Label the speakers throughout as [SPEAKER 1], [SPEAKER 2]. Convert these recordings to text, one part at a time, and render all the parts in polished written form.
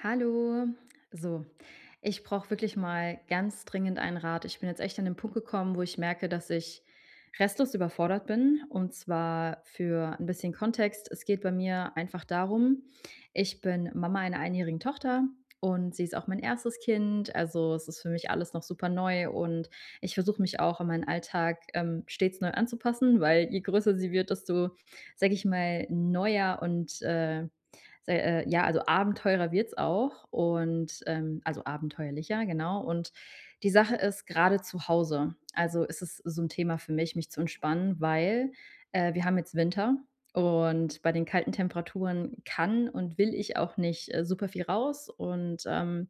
[SPEAKER 1] Hallo. So, ich brauche wirklich mal ganz dringend einen Rat. Ich bin jetzt echt an den Punkt gekommen, wo ich merke, dass ich restlos überfordert bin. Und zwar für ein bisschen Kontext. Es geht bei mir einfach darum, ich bin Mama einer einjährigen Tochter, und sie ist auch mein erstes Kind. Also, es ist für mich alles noch super neu, und ich versuche mich auch an meinen Alltag stets neu anzupassen, weil je größer sie wird, desto, sage ich mal, neuer und Sei ja, also Abenteurer wird's auch und, also abenteuerlicher, genau. Und die Sache ist, gerade zu Hause, also ist es so ein Thema für mich, mich zu entspannen, weil wir haben jetzt Winter, und bei den kalten Temperaturen kann und will ich auch nicht super viel raus, und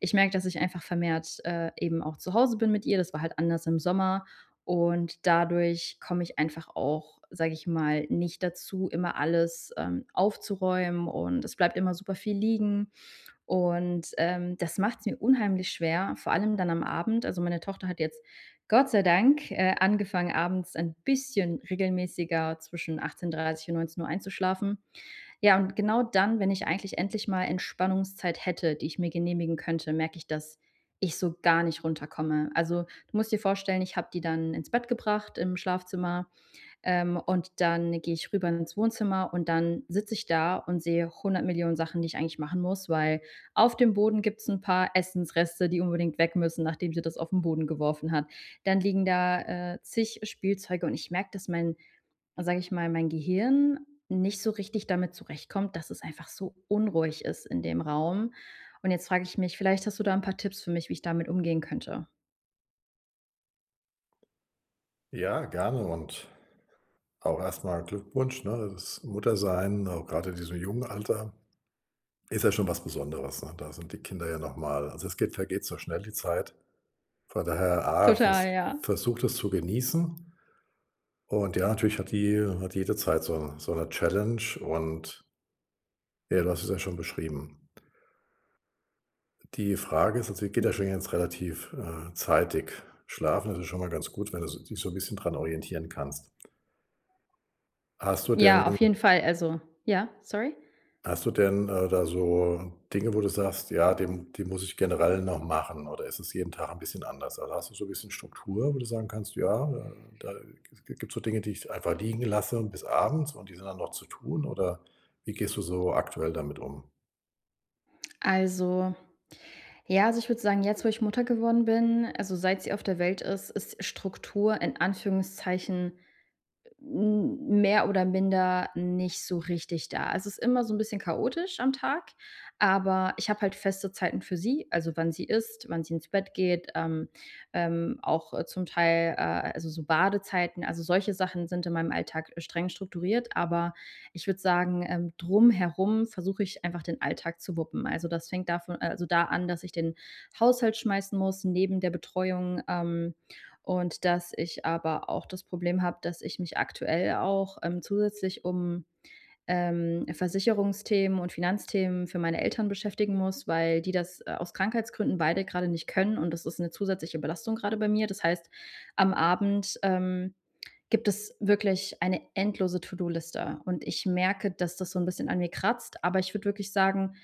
[SPEAKER 1] ich merke, dass ich einfach vermehrt, eben auch zu Hause bin mit ihr. Das war halt anders im Sommer, und dadurch komme ich einfach auch, sage ich mal, nicht dazu, immer alles aufzuräumen, und es bleibt immer super viel liegen und, das macht es mir unheimlich schwer, vor allem dann am Abend. Also, meine Tochter hat jetzt Gott sei Dank angefangen, abends ein bisschen regelmäßiger zwischen 18:30 und 19:00 einzuschlafen. Ja, und genau dann, wenn ich eigentlich endlich mal Entspannungszeit hätte, die ich mir genehmigen könnte, merke ich, dass ich so gar nicht runterkomme. Also, du musst dir vorstellen, ich habe die dann ins Bett gebracht im Schlafzimmer, und dann gehe ich rüber ins Wohnzimmer, und dann sitze ich da und sehe hundert Millionen Sachen, die ich eigentlich machen muss, weil auf dem Boden gibt's ein paar Essensreste, die unbedingt weg müssen, nachdem sie das auf 'n Boden geworfen hat. Dann liegen da zig Spielzeuge, und ich merke, dass mein, sage ich mal, mein Gehirn nicht so richtig damit zurechtkommt, dass es einfach so unruhig ist in dem Raum. Und jetzt frage ich mich, vielleicht hast du da ein paar Tipps für mich, wie ich damit umgehen könnte?
[SPEAKER 2] Ja, gerne und auch erstmal Glückwunsch, ne? Das Muttersein, auch gerade in diesem jungen Alter, ist ja schon was Besonderes, ne? Da sind die Kinder ja noch mal also, es geht vergeht so schnell die Zeit. Von daher, A,
[SPEAKER 1] Total,
[SPEAKER 2] vers
[SPEAKER 1] ja.
[SPEAKER 2] versucht es zu genießen und ja, natürlich hat jede Zeit so 'n so 'ne Challenge und ja, du hast es ja schon beschrieben. Die Frage ist, also, die geht ja schon jetzt relativ, zeitig schlafen. Das ist ja schon mal ganz gut, wenn du so dich so ein bisschen dran orientieren kannst. Hast du denn
[SPEAKER 1] Ja, auf jeden Fall. Also, ja, sorry?
[SPEAKER 2] Hast du denn, da so Dinge, wo du sagst: „Ja, dem die muss ich generell noch machen“, oder ist es jeden Tag ein bisschen anders? Also, hast du so ein bisschen Struktur, wo du sagen kannst: „Ja, da gibt es so Dinge, die ich einfach liegen lasse bis abends und die sind dann noch zu tun“, oder wie gehst du so aktuell damit um?
[SPEAKER 1] Also, ja, also, ich würde sagen, jetzt, wo ich Mutter geworden bin, also, seit sie auf der Welt ist, ist Struktur in Anführungszeichen, mehr oder minder nicht so richtig da. Also, es ist immer so ein bisschen chaotisch am Tag, aber ich habe halt feste Zeiten für sie, also, wann sie isst, wann sie ins Bett geht, auch zum Teil, also, so Badezeiten. Also, solche Sachen sind in meinem Alltag streng strukturiert, aber ich würde sagen, drumherum versuche ich einfach den Alltag zu wuppen. Also, das fängt da an, dass ich den Haushalt schmeißen muss neben der Betreuung, und dass ich aber auch das Problem habe, dass ich mich aktuell auch, zusätzlich um Versicherungsthemen und Finanzthemen für meine Eltern beschäftigen muss, weil die das, aus Krankheitsgründen beide gerade nicht können, und das ist eine zusätzliche Belastung gerade bei mir. Das heißt, am Abend, gibt es wirklich eine endlose To-do-Liste, und ich merke, dass das so ein bisschen an mir kratzt, aber ich würde wirklich sagen,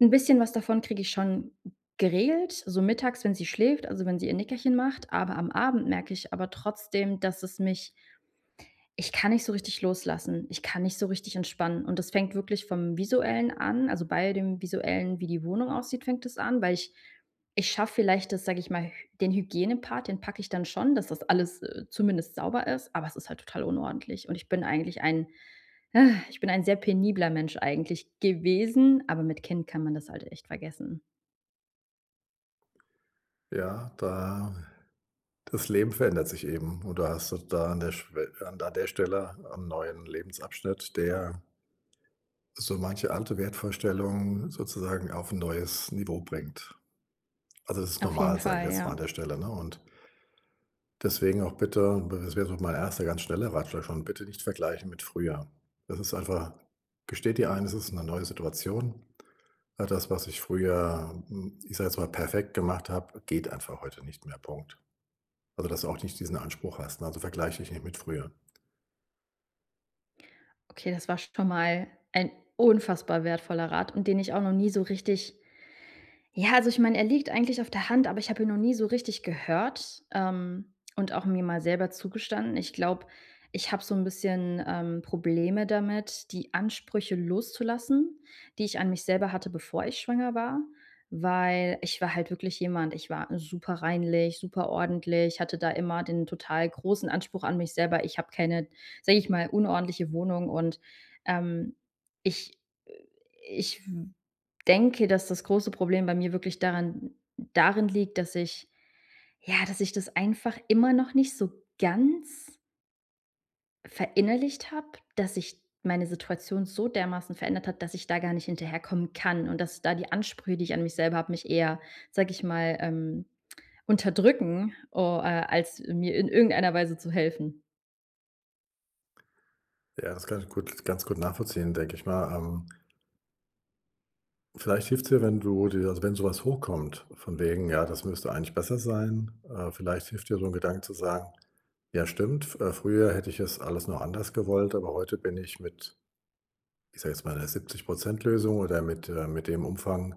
[SPEAKER 1] ein bisschen was davon kriege ich schon geregelt, so mittags, wenn sie schläft, also wenn sie ihr Nickerchen macht, aber am Abend merke ich aber trotzdem, dass es mich, ich kann nicht so richtig loslassen. Ich kann nicht so richtig entspannen. Und das fängt wirklich vom Visuellen an, also bei dem Visuellen, wie die Wohnung aussieht, fängt es an, weil ich schaffe vielleicht das, sage ich mal, hy den Hygienepart, den packe ich dann schon, dass das alles, zumindest sauber ist, aber es ist halt total unordentlich. Und ich bin eigentlich ein ich bin ein sehr penibler Mensch eigentlich gewesen, aber mit Kind kann man das halt echt vergessen.
[SPEAKER 2] Ja, da das Leben verändert sich eben und du hast da an der Schwe an an der Stelle 'n neuen Lebensabschnitt, der so manche alte Wertvorstellung sozusagen auf ein neues Niveau bringt. Also, das ist
[SPEAKER 1] Auf jeden
[SPEAKER 2] normal, sage ich
[SPEAKER 1] Fall,
[SPEAKER 2] jetzt mal
[SPEAKER 1] ja.
[SPEAKER 2] an der Stelle, ne? Und deswegen auch bitte, das wäre so mein erster, ganz schneller Ratschlag schon, bitte nicht vergleichen mit früher. Das ist einfach, gesteht dir ein, es ist eine neue Situation. All das, was ich früher, ich sage jetzt mal, perfekt gemacht habe, geht einfach heute nicht mehr, Punkt. Also, dass du auch nicht diesen Anspruch hast, ne? Also, vergleiche dich nicht mit früher.
[SPEAKER 1] Okay, das war schon mal ein unfassbar wertvoller Rat, und den ich auch noch nie so richtig, ja, also ich meine, er liegt eigentlich auf der Hand, aber ich habe ihn noch nie so richtig gehört, und auch mir mal selber zugestanden. Ich glaube, ich habe so ein bisschen, Probleme damit, die Ansprüche loszulassen, die ich an mich selber hatte, bevor ich schwanger war, weil ich war halt wirklich jemand, ich war super reinlich, super ordentlich, hatte da immer den total großen Anspruch an mich selber. Ich habe keine, sage ich mal, unordentliche Wohnung und, ähm, ich ich denke, dass das große Problem bei mir wirklich daran darin liegt, dass ich, ja, dass ich das einfach immer noch nicht so ganz verinnerlicht habe, dass sich meine Situation so dermaßen verändert hat, dass ich da gar nicht hinterherkommen kann, und dass da die Ansprüche, die ich an mich selber habe, mich eher, sage ich mal, unterdrücken, o als mir in irgendeiner Weise zu helfen.
[SPEAKER 2] Ja, das kann ich gut ganz gut nachvollziehen, denke ich mal. Vielleicht hilft's dir, wenn du dir, also, wenn sowas hochkommt, von wegen: „Ja, das müsste eigentlich besser sein“, vielleicht hilft dir so ein Gedanke zu sagen: „Ja, stimmt, f früher hätte ich es alles noch anders gewollt, aber heute bin ich mit, ich sage jetzt mal, 'ner 70 Lösung oder mit dem Umfang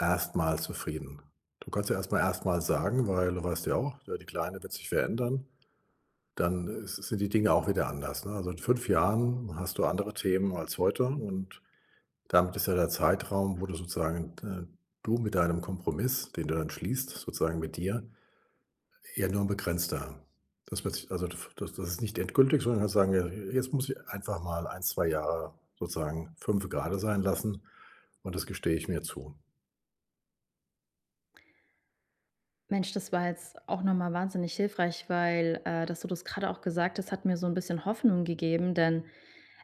[SPEAKER 2] erstmal zufrieden.“ Du kannst ja erstmal sagen, weil du weißt ja auch, die Kleine wird sich verändern, dann ist sind die Dinge auch wieder anders, ne? Also, in 5 Jahren hast du andere Themen als heute und damit ist ja der Zeitraum, wo du sozusagen, du mit deinem Kompromiss, den du dann schließt, sozusagen mit dir, eher nur ein begrenzter. Das wird sich also, das das ist nicht endgültig, sondern kannst sagen: „Ja, jetzt muss ich einfach mal ein 2 Jahre sozusagen fünf gerade sein lassen und das gestehe ich mir zu.“
[SPEAKER 1] Mensch, das war jetzt auch noch mal wahnsinnig hilfreich, weil, dass du das gerade auch gesagt hast, hat mir so ein bisschen Hoffnung gegeben, denn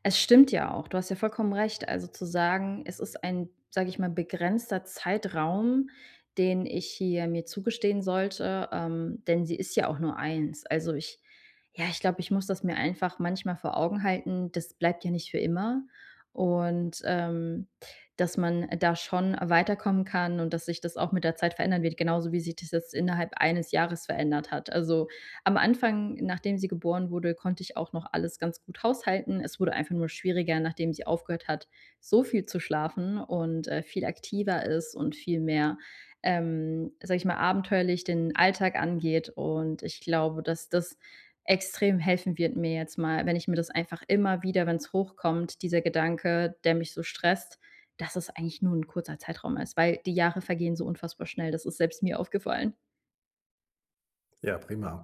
[SPEAKER 1] es stimmt ja auch. Du hast ja vollkommen recht. Also zu sagen, es ist ein, sage ich mal, begrenzter Zeitraum, den ich hier mir zugestehen sollte, denn sie ist ja auch nur eins. Also ich, ja, ich glaube, ich muss das mir einfach manchmal vor Augen halten. Das bleibt ja nicht für immer. Und, dass man da schon weiterkommen kann, und dass sich das auch mit der Zeit verändern wird, genauso wie sich das jetzt innerhalb eines Jahres verändert hat. Also, am Anfang, nachdem sie geboren wurde, konnte ich auch noch alles ganz gut haushalten. Es wurde einfach nur schwieriger, nachdem sie aufgehört hat, so viel zu schlafen, und viel aktiver ist und viel mehr, sage ich mal, abenteuerlich den Alltag angeht. Und ich glaube, dass das extrem helfen wird mir jetzt mal, wenn ich mir das einfach immer wieder, wenn es hochkommt, dieser Gedanke, der mich so stresst, dass es eigentlich nur ein kurzer Zeitraum ist, weil die Jahre vergehen so unfassbar schnell. Das ist selbst mir aufgefallen.
[SPEAKER 2] Ja, prima.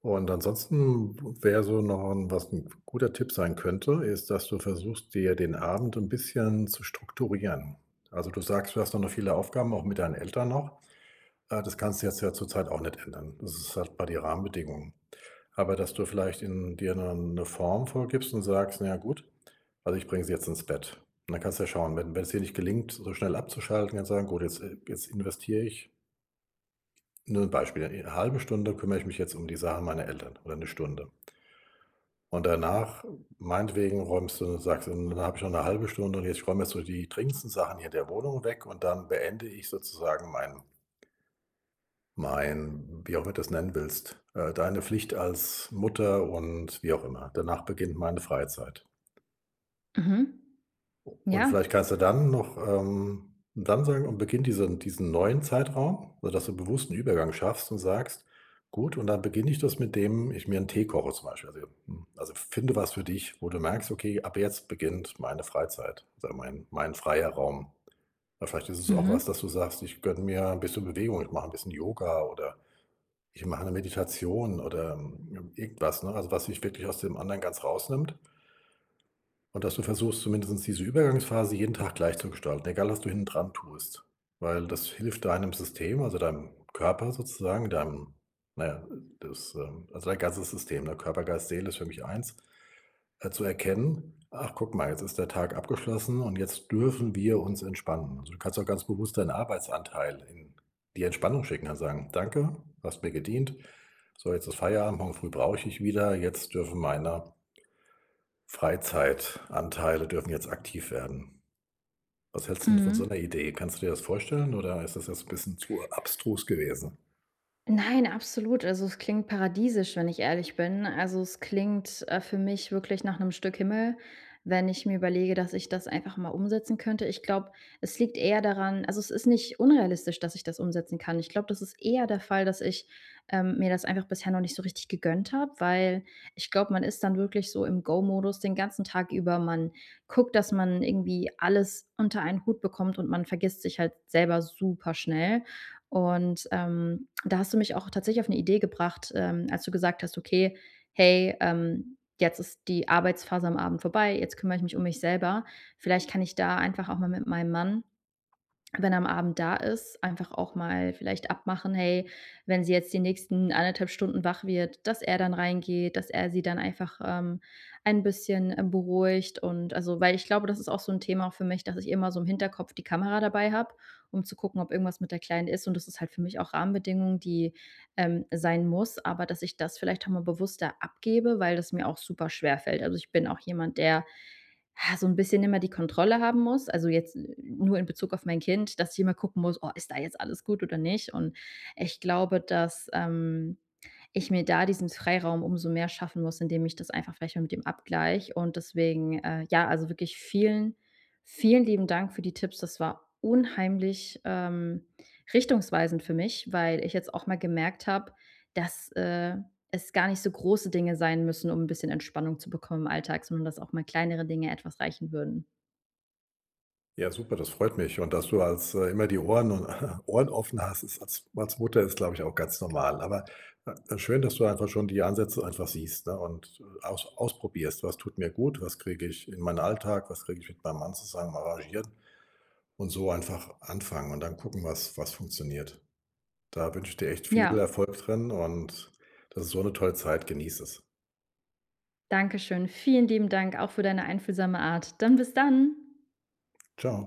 [SPEAKER 2] Und ansonsten wäre so, noch 'n was ein guter Tipp sein könnte, ist, dass du versuchst, dir den Abend ein bisschen zu strukturieren. Also, du sagst, du hast noch viele Aufgaben, auch mit deinen Eltern noch. Das kannst du jetzt ja zurzeit auch nicht ändern. Das ist halt bei die Rahmenbedingungen. Aber dass du vielleicht in dir eine 'ne Form vorgibst und sagst: „Na ja gut, also ich bringe sie jetzt ins Bett.“ Und dann kannst du ja schauen, wenn es dir nicht gelingt, so schnell abzuschalten, kannst du sagen: „Gut, jetzt investiere ich“, nur 'n Beispiel, eine halbe Stunde, kümmere ich mich jetzt um die Sache meiner Eltern oder eine Stunde. Und danach, meinetwegen, räumst du sagst du: „Dann habe ich noch eine halbe Stunde und jetzt räume ich so die dringendsten Sachen hier in der Wohnung weg und dann beende ich sozusagen mein, wie auch immer du das nennen willst, deine Pflicht als Mutter und wie auch immer. Danach beginnt meine Freizeit.
[SPEAKER 1] Mhm.
[SPEAKER 2] Und
[SPEAKER 1] Ja.
[SPEAKER 2] vielleicht kannst du dann noch, dann sagen und beginnt diesen neuen Zeitraum, sodass du bewusst 'n Übergang schaffst und sagst: „Gut, und dann beginne ich das, mit dem ich mir einen Tee koche“, zum Beispiel. Also, also finde was für dich, wo du merkst: „Okay, ab jetzt beginnt meine Freizeit oder mein freier Raum.“ Oder vielleicht ist es auch was,
[SPEAKER 1] Mhm.
[SPEAKER 2] dass du sagst: „Ich gönne mir ein bisschen Bewegung, ich mache ein bisschen Yoga“ oder ich mache eine Meditation oder, irgendwas, ne? Also, was dich wirklich aus dem anderen ganz rausnimmt und dass du versuchst, zumindestens diese Übergangsphase jeden Tag gleich zu gestalten, egal was du hinten dran tust. Weil das hilft deinem System, also deinem Körper sozusagen, deinem, naja, das, also dein ganzes System, der Körper, Geist, Seele ist für mich eins. Zu erkennen: „Ach, guck mal, jetzt ist der Tag abgeschlossen und jetzt dürfen wir uns entspannen.“ Also, du kannst auch ganz bewusst deinen Arbeitsanteil in die Entspannung schicken, kannst sagen: „Danke, hast mir gedient. So, jetzt ist Feierabend, morgen früh brauche ich dich wieder. Jetzt dürfen meine Freizeitanteile dürfen jetzt aktiv werden.“ Was hältst 'n von so einer
[SPEAKER 1] Mhm.
[SPEAKER 2] Idee? Kannst du dir das vorstellen oder ist das jetzt ein bisschen zu abstrus gewesen?
[SPEAKER 1] Nein, absolut. Also, es klingt paradiesisch, wenn ich ehrlich bin. Also, es klingt, für mich wirklich nach einem Stück Himmel, wenn ich mir überlege, dass ich das einfach mal umsetzen könnte. Ich glaube, es liegt eher daran, also, es ist nicht unrealistisch, dass ich das umsetzen kann. Ich glaube, das ist eher der Fall, dass ich, mir das einfach bisher noch nicht so richtig gegönnt habe, weil ich glaube, man ist dann wirklich so im Go-Modus den ganzen Tag über. Man guckt, dass man irgendwie alles unter einen Hut bekommt, und man vergisst sich halt selber super schnell. Und, da hast du mich auch tatsächlich auf eine Idee gebracht, als du gesagt hast: „Okay, hey, jetzt ist die Arbeitsphase am Abend vorbei, jetzt kümmere ich mich um mich selber.“ Vielleicht kann ich da einfach auch mal mit meinem Mann, wenn er am Abend da ist, einfach auch mal vielleicht abmachen, hey, wenn sie jetzt die nächsten 1,5 Stunden wach wird, dass er dann reingeht, dass er sie dann einfach, ein bisschen, beruhigt, und also weil ich glaube, das ist auch so ein Thema für mich, dass ich immer so im Hinterkopf die Kamera dabei habe, um zu gucken, ob irgendwas mit der Kleinen ist, und das ist halt für mich auch Rahmenbedingung, die, sein muss, aber dass ich das vielleicht auch mal bewusster abgebe, weil das mir auch super schwer fällt. Also, ich bin auch jemand, der, ja, so ein bisschen immer die Kontrolle haben muss. Also, jetzt nur in Bezug auf mein Kind, dass ich immer gucken muss: „Oh, ist da jetzt alles gut oder nicht?“ Und ich glaube, dass, ich mir da diesen Freiraum umso mehr schaffen muss, indem ich das einfach vielleicht mal mit dem Abgleich, und deswegen, ja, also wirklich vielen, vielen lieben Dank für die Tipps. Das war unheimlich, richtungsweisend für mich, weil ich jetzt auch mal gemerkt habe, dass, es gar nicht so große Dinge sein müssen, um ein bisschen Entspannung zu bekommen im Alltag, sondern dass auch mal kleinere Dinge etwas reichen würden.
[SPEAKER 2] Ja, super, das freut mich. Und dass du, als immer die Ohren und Ohren offen hast, ist als Mutter ist, glaube ich, auch ganz normal. Aber schön, dass du einfach schon die Ansätze einfach siehst, ne, und ausprobierst, was tut mir gut, was kriege ich in meinen Alltag, was kriege ich mit meinem Mann zusammen arrangiert und so einfach anfangen und dann gucken, was funktioniert. Da wünsche ich dir echt viel
[SPEAKER 1] Ja,
[SPEAKER 2] Erfolg drin und das ist so eine tolle Zeit. Genieß es.
[SPEAKER 1] danke schön. Vielen lieben Dank auch für deine einfühlsame Art. Dann bis dann.
[SPEAKER 2] Ciao.